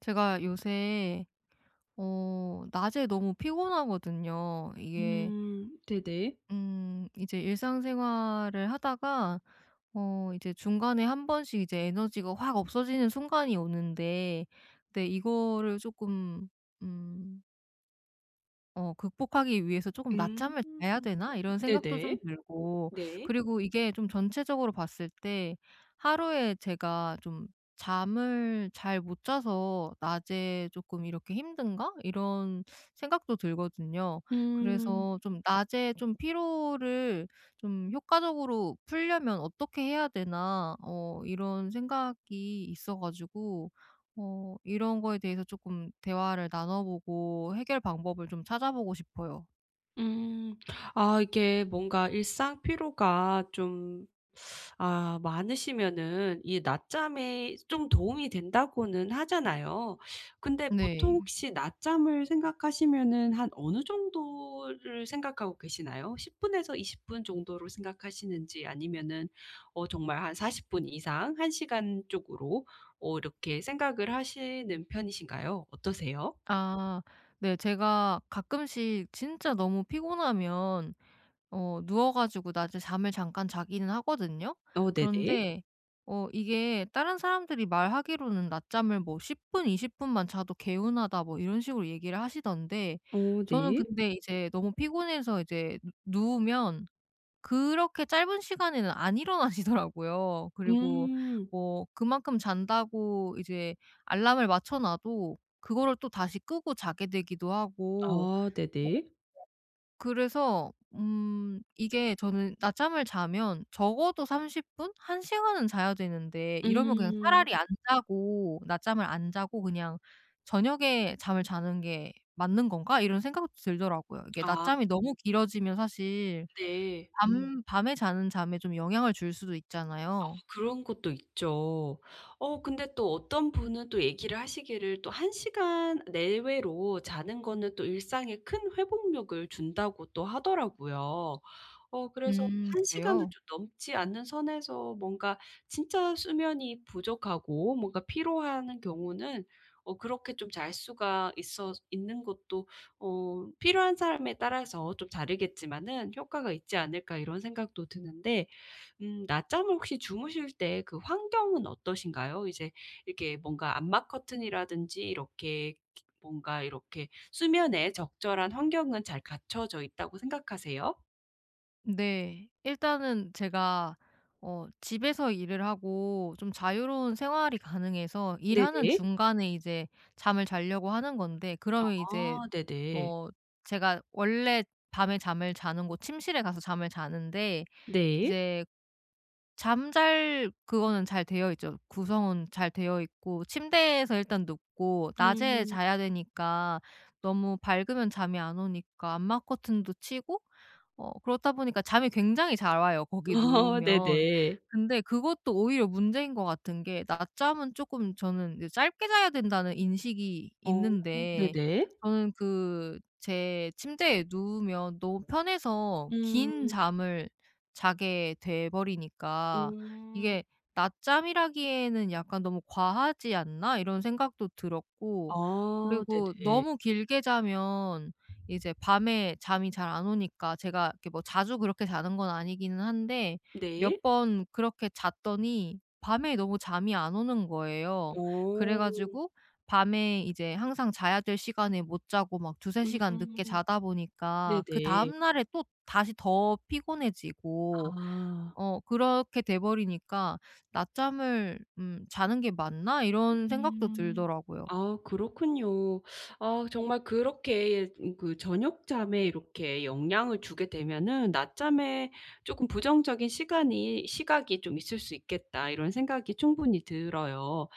제가 요새 낮에 너무 피곤하거든요. 이게 네네. 이제 일상생활을 하다가 이제 중간에 한 번씩 이제 에너지가 확 없어지는 순간이 오는데, 근데 이거를 조금 음 '극복하기 위해서 조금 음. 낮잠을 자야 되나?' 이런 생각도 좀 네네. 들고, 네. 그리고 이게 좀 전체적으로 봤을 때 하루에 제가 좀 잠을 잘 못 자서 '낮에 조금 이렇게 힘든가?' 이런 생각도 들거든요. 음. 그래서 좀 '낮에 좀 피로를 좀 효과적으로 풀려면 어떻게 해야 되나?' 이런 생각이 있어 가지고 이런 거에 대해서 조금 대화를 나눠보고 해결 방법을 좀 찾아보고 싶어요. 음. 아, 이게 뭔가 일상 피로가 좀 많으시면은 이 낮잠에 좀 도움이 된다고는 하잖아요. 근데 보통 네. 혹시 낮잠을 생각하시면은 한 어느 정도를 생각하고 계시나요? 10 분에서 20분 정도로 생각하시는지, 아니면은 정말 한 40분 이상 1 시간 쪽으로 이렇게 생각을 하시는 편이신가요? 어떠세요? 아, 네, 제가 가끔씩 진짜 너무 피곤하면 누워 가지고 낮에 잠을 잠깐 자기는 하거든요. 어 네네. 그런데 이게 다른 사람들이 말하기로는 낮잠을 뭐 10분 20 분만 자도 개운하다 뭐 이런 식으로 얘기를 하시던데, 어 저는 네. 근데 이제 너무 피곤해서 이제 누 누우면 그렇게 짧은 시간에는 안 일어나시더라고요. 그리고 음. 뭐 그만큼 잔다고 이제 알람을 맞춰 놔도 그거를 또 다시 끄고 자게 되기도 하고. 아 어 네네. 그래서 이게 저는 낮잠을 자면 적어도 30 분, 한 시간은 자야 되는데, 이러면 그냥 음. 차라리 안 자고 낮잠을 안 자고 그냥 '저녁에 잠을 자는 게 맞는 건가?' 이런 생각도 들더라고요. 이게 아 낮잠이 너무 길어지면 사실 네. 밤 밤에 자는 잠에 좀 영향을 줄 수도 있잖아요. 그런 것도 있죠. 근데 또 어떤 분은 또 얘기를 하시기를, 또 한 시간 내외로 자는 거는 또 일상에 큰 회복력을 준다."고 또 하더라고요. 그래서 음, 한 시간을 그래요? 좀 넘지 않는 선에서 뭔가 진짜 수면이 부족하고 뭔가 피로한 경우는 그렇게 좀 잘 수가 있어 있는 것도, 필요한 사람에 따라서 좀 다르겠지만은 '효과가 있지 않을까.' 이런 생각도 드는데, 낮잠을 혹시 주무실 때 그 환경은 어떠신가요? 이제 이렇게 뭔가 암막 커튼이라든지 이렇게 기 뭔가 이렇게 수면에 적절한 환경은 잘 갖춰져 있다고 생각하세요? 네. 일단은 제가 집에서 일을 하고 좀 자유로운 생활이 가능해서 일하는 네네. 중간에 이제 잠을 자려고 하는 건데, 그러면 이제 아 네네. 어 제가 원래 밤에 잠을 자는 곳 침실에 가서 잠을 자는데, 네. 이제 잠잘 그거는 잘 되어 있죠. 구성은 잘 되어 있고, 침대에서 일단 눕고 낮에 음. 자야 되니까 너무 밝으면 잠이 안 오니까 암막 커튼도 치고. 그렇다 보니까 잠이 굉장히 잘 와요, 거기 어 누우면. 네네. 근데 그것도 오히려 문제인 것 같은 게, 낮잠은 쪼끔 저는 이제 짧게 자야 된다는 인식이 어 있는데 네네. 저는 그 제 침대에 누우면 너무 편해서 긴 음. 잠을 자게 돼 버리니까, 음. 이게 '낮잠이라기에는 약간 너무 과하지 않나?' 이런 생각도 들었고. 아 그리고 네네. 너무 길게 자면 이제 밤에 잠이 잘 안 오니까, 제가 이렇게 뭐 자주 그렇게 자는 건 아니기는 한데 네. 몇 번 그렇게 잤더니 밤에 너무 잠이 안 오는 거예요. 그래 어. 가지고 밤에 이제 항상 자야 될 시간에 못 자고 막 두세 시간 늦게 음. 자다 보니까 네네. 그다음 날에 또 다시 더 피곤해지고, 아. 그렇게 돼 버리니까 '낮잠을 자는 게 맞나?' 이런 생각도 음. 들더라고요. 아 그렇군요. 아, 정말 그렇게 그 저녁 잠에 이렇게 영향을 주게 되면은 '낮잠에 조금 부정적인 시간이 시각이 좀 있을 수 있겠다.' 이런 생각이 충분히 들어요.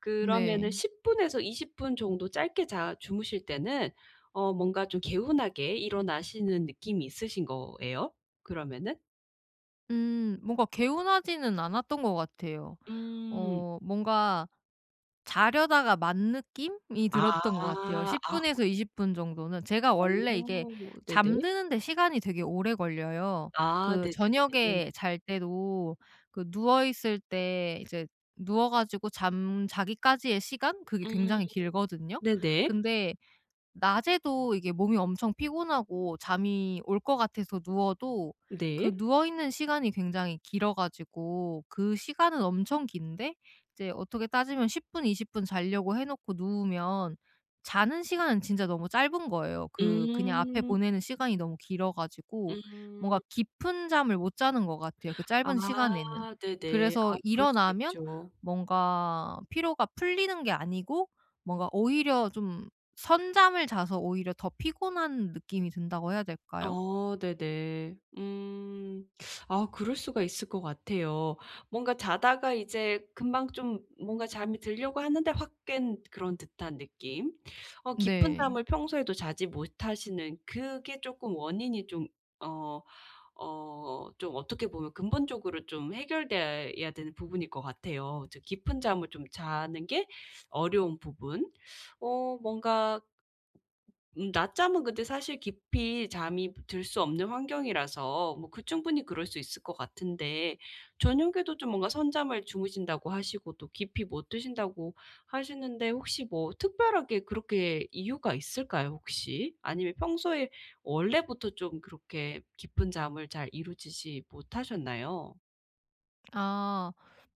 그러면은 네. 10 분에서 20분 정도 짧게 자 주무실 때는 뭔가 좀 개운하게 일어나시는 느낌이 있으신 거예요, 그러면은? 뭔가 개운하지는 않았던 것 같아요. 음. 뭔가 자려다가 만 느낌이 들었던 것 아. 같아요, 10 아 분에서 20분 정도는. 제가 어 원래 이게 네네. 잠드는데 시간이 되게 오래 걸려요. 아 그 네네네. 저녁에 잘 때도, 그 누워 있을 때 이제 누워 가지고 잠자기까지의 시간, 그게 음 굉장히 길거든요. 네네. 근데 낮에도 이게 몸이 엄청 피곤하고 잠이 올 것 같아서 누워도, 네. 그 누워 있는 시간이 굉장히 길어 가지고 그 시간은 엄청 긴데, 이제 어떻게 따지면 10 분, 20분 자려고 해 놓고 누우면 자는 시간은 진짜 너무 짧은 거예요. 그 그냥 앞에 음. 보내는 시간이 너무 길어 가지고 뭔가 음. 깊은 잠을 못 자는 것 같아요, 그 짧은 시간에는. 아 네네. 그래서 아 그럴 수가 일어나면 있죠. 뭔가 피로가 풀리는 게 아니고 뭔가 오히려 좀 선잠을 자서 오히려 더 피곤한 느낌이 든다고 해야 될까요? 어 네네. 음. 아, 그럴 수가 있을 것 같아요. 뭔가 자다가 이제 금방 좀 뭔가 잠이 들려고 하는데 확 깬 그런 듯한 느낌. 깊은 네. 잠을 평소에도 자지 못하시는 그게 쪼끔 원인이 좀어 어 좀, 어떻게 보면 근본적으로 좀 해결돼야 되는 부분일 것 같아요, 저 깊은 잠을 좀 자는 게 어려운 부분. 뭔가 낮잠은 근데 사실 깊이 잠이 들 수 없는 환경이라서 뭐 그 충분히 그럴 수 있을 것 같은데, 저녁에도 좀 뭔가 선잠을 주무신다고 하시고, 또 깊이 못 드신다고 하시는데, 혹시 뭐 특별하게 그렇게 이유가 있을까요, 혹시? 아니면 평소에 원래부터 좀 그렇게 깊은 잠을 잘 이루지 못하셨나요? 아.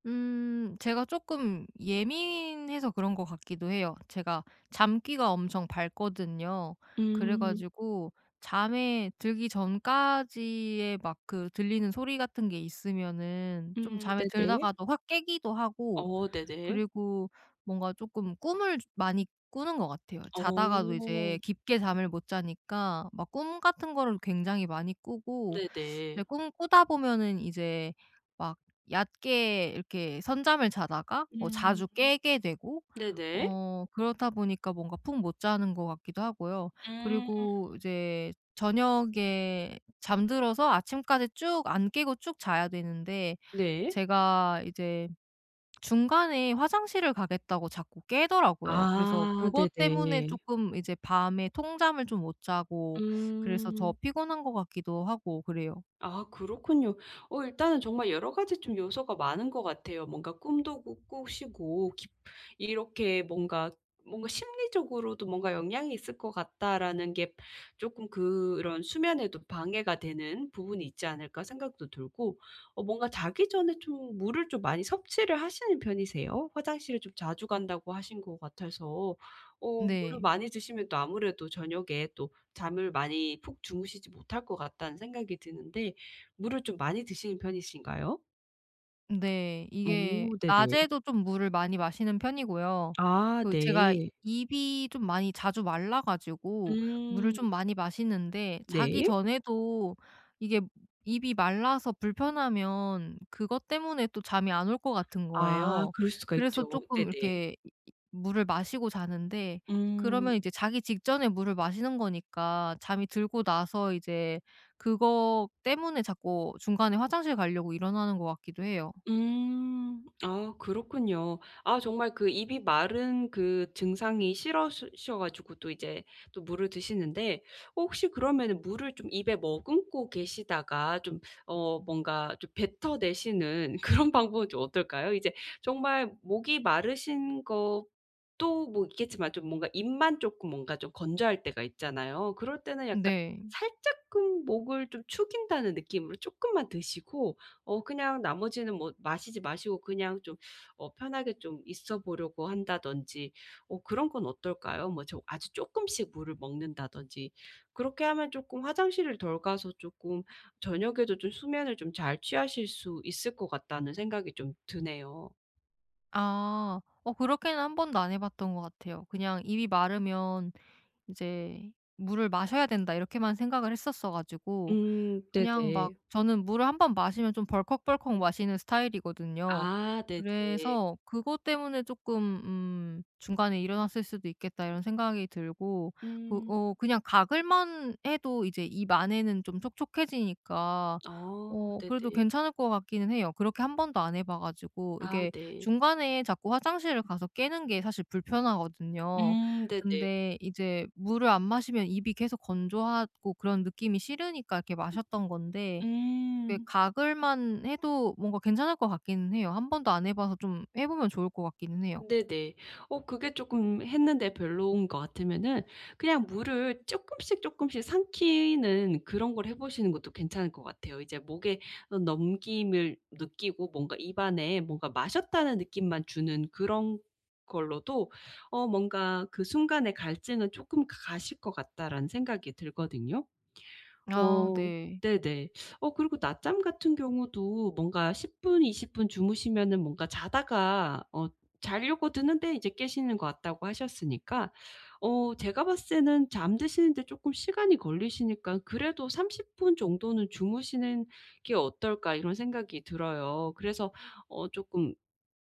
제가 조금 예민해서 그런 것 같기도 해요. 제가 잠귀가 엄청 밝거든요. 그래 음. 가지고 잠에 들기 전까지의 막 그 들리는 소리 같은 게 있으면은 좀 잠에 네네. 들다가도 확 깨기도 하고. 어 네네. 그리고 뭔가 조금 꿈을 많이 꾸는 것 같아요. 자다가도 어 이제 깊게 잠을 못 자니까 막 꿈 같은 거를 굉장히 많이 꾸고, 근데 네네. 꿈 꾸다 보면은 이제 막 얕게 이렇게 선잠을 자다가 뭐 음 자주 깨게 되고, 네네. 그렇다 보니까 뭔가 푹 못 자는 것 같기도 하고요. 음 그리고 이제 저녁에 잠들어서 아침까지 쭉 안 깨고 쭉 자야 되는데, 네. 제가 이제 중간에 화장실을 가겠다고 자꾸 깨더라고요. 그래서 아 그것 때문에 네네. 쪼끔 이제 밤에 통잠을 좀 못 자고, 그래서 더 음. 피곤한 것 같기도 하고 그래요. 아 그렇군요. 일단은 정말 여러 가지 좀 요소가 많은 것 같아요. 뭔가 꿈도 꾸 꾸시고 이렇게 뭔가 '심리적으로도 뭔가 영향이 있을 것 같다.'라는 게, 조금 그런 수면에도 방해가 되는 부분이 있지 않을까 생각도 들고. 뭔가 자기 전에 좀 물을 좀 많이 섭취를 하시는 편이세요? 화장실을 좀 자주 간다고 하신 것 같아서, 물을 네. 많이 드시면 또 아무래도 저녁에 또 잠을 많이 푹 주무시지 못할 것 같다는 생각이 드는데, 물을 좀 많이 드시는 편이신가요? 네. 이게 오 네네. 낮에도 좀 물을 많이 마시는 편이고요. 아 그 제가 네. 입이 좀 많이 자주 말라 가지고 물을 음 좀 많이 마시는데, 자기 네. 전에도 이게 입이 말라서 불편하면 그것 때문에 또 잠이 안 올 것 같은 아 거예요. 그럴 수가 그래서 있죠. 쪼끔 네네. 이렇게 물을 마시고 자는데, 음. 그러면 이제 자기 직전에 물을 마시는 거니까 잠이 들고 나서 이제 그거 때문에 자꾸 중간에 화장실 가려고 일어나는 것 같기도 해요. 음. 아 그렇군요. 아, 정말 그 입이 마른 그 증상이 싫으셔 가지고, 또 이제 또 물을 드시는데. 혹시 그러면은 물을 좀 입에 머금고 계시다가 좀 뭔가 좀 뱉어내시는 그런 방법은 좀 어떨까요? 이제 정말 목이 마르신 것도 뭐 있겠지만, 좀 뭔가 입만 쪼끔 뭔가 좀 건조할 때가 있잖아요. 그럴 때는 약간 네. 살짝금 목을 좀 축인다는 느낌으로 쪼끔만 드시고 그냥 나머지는 뭐 마시지 마시고, 그냥 좀 편하게 좀 있어 보려고 한다든지, 그런 건 어떨까요? 뭐 저 아주 쪼끔씩 물을 먹는다든지. 그렇게 하면 쪼끔 화장실을 덜 가서 쪼끔 저녁에도 좀 수면을 좀 잘 취하실 수 있을 것 같다는 생각이 좀 드네요. 아. 그렇게는 한 번도 안 해 봤던 것 같아요. 그냥 '입이 마르면 이제 물을 마셔야 된다.' 이렇게만 생각을 했었어 가지고 그냥 막 네네. 저는 물을 한 번 마시면 좀 벌컥벌컥 마시는 스타일이거든요. 아 네네. 그래서 그것 때문에 조금 '중간에 일어났을 수도 있겠다.' 이런 생각이 들고, 그 음. 그냥 가글만 해도 이제 입 안에는 좀 촉촉해지니까 어 그래도 네네. 괜찮을 것 같기는 해요. 그렇게 한 번도 안 해봐 가지고, 아 이게 네. 중간에 자꾸 화장실을 가서 깨는 게 사실 불편하거든요. 네네. 근데 이제 물을 안 마시면 입이 계속 건조하고 그런 느낌이 싫으니까 이렇게 마셨던 건데, 왜 음. 가글만 해도 뭔가 괜찮을 것 같기는 해요. 한 번도 안 해 봐서 좀 해 보면 좋을 것 같기는 해요. 네네. 그게 조금 했는데 별로인 것 같으면은 그냥 물을 조금씩 조금씩 삼키는 그런 걸 해 보시는 것도 괜찮을 것 같아요. 이제 목에 넘김을 느끼고 뭔가 입안에 뭔가 마셨다는 느낌만 주는 그런 걸로도 뭔가 그 순간의 갈증은 조금 가실 것 같다라는 생각이 들거든요. 아, 어 네. 네네. 그리고 낮잠 같은 경우도 뭔가 10 분, 20분 주무시면은 뭔가 자다가 자려고 드는데 이제 깨시는 것 같다고 하셨으니까, 제가 봤을 때는 잠드시는데 쪼끔 시간이 걸리시니까 그래도 '30 분 정도는 주무시는 게 어떨까.' 이런 생각이 들어요. 그래서 쪼끔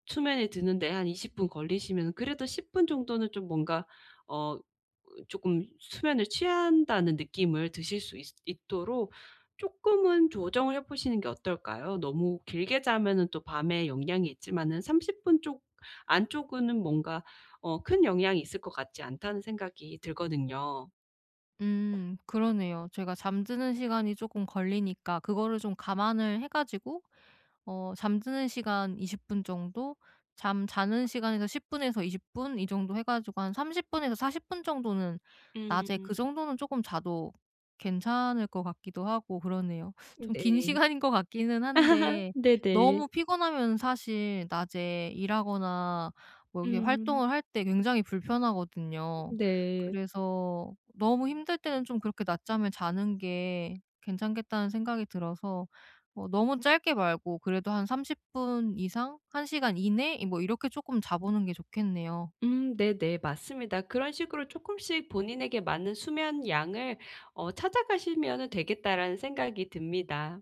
수면에 드는데 한 20분 걸리시면은, 그래도 10분 정도는 좀 뭔가 어 조금 수면을 취한다는 느낌을 드실 수 있 있도록 조금은 조정을 해 보시는 게 어떨까요? 너무 길게 자면은 또 밤에 영향이 있지만은, 30 분 쪽 안쪽은 뭔가 큰 영향이 있을 것 같지 않다는 생각이 들거든요. 그러네요. 제가 잠드는 시간이 조금 걸리니까 그거를 좀 감안을 해 가지고 잠드는 시간 20분 정도, 잠 자는 시간에서 10 분에서 20분, 이 정도 해 가지고 한 30 분에서 40분 정도는 낮에 음. 그 정도는 조금 자도 괜찮을 것 같기도 하고 그러네요. 좀 긴 네. 시간인 것 같기는 한데, 네네. 너무 피곤하면 사실 낮에 일하거나 뭐 이렇게 음. 활동을 할 때 굉장히 불편하거든요. 네. 그래서 너무 힘들 때는 좀 그렇게 낮잠을 자는 게 괜찮겠다는 생각이 들어서, 너무 짧게 말고 그래도 한 30분 이상 1 시간 이내, 이 뭐 이렇게 조금 자보는 게 좋겠네요. 네네. 맞습니다. 그런 식으로 조금씩 본인에게 맞는 수면 양을 찾아가시면은 되겠다라는 생각이 듭니다.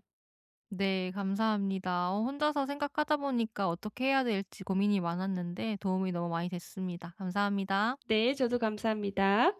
네, 감사합니다. 혼자서 생각하다 보니까 어떻게 해야 될지 고민이 많았는데 도움이 너무 많이 됐습니다. 감사합니다. 네, 저도 감사합니다.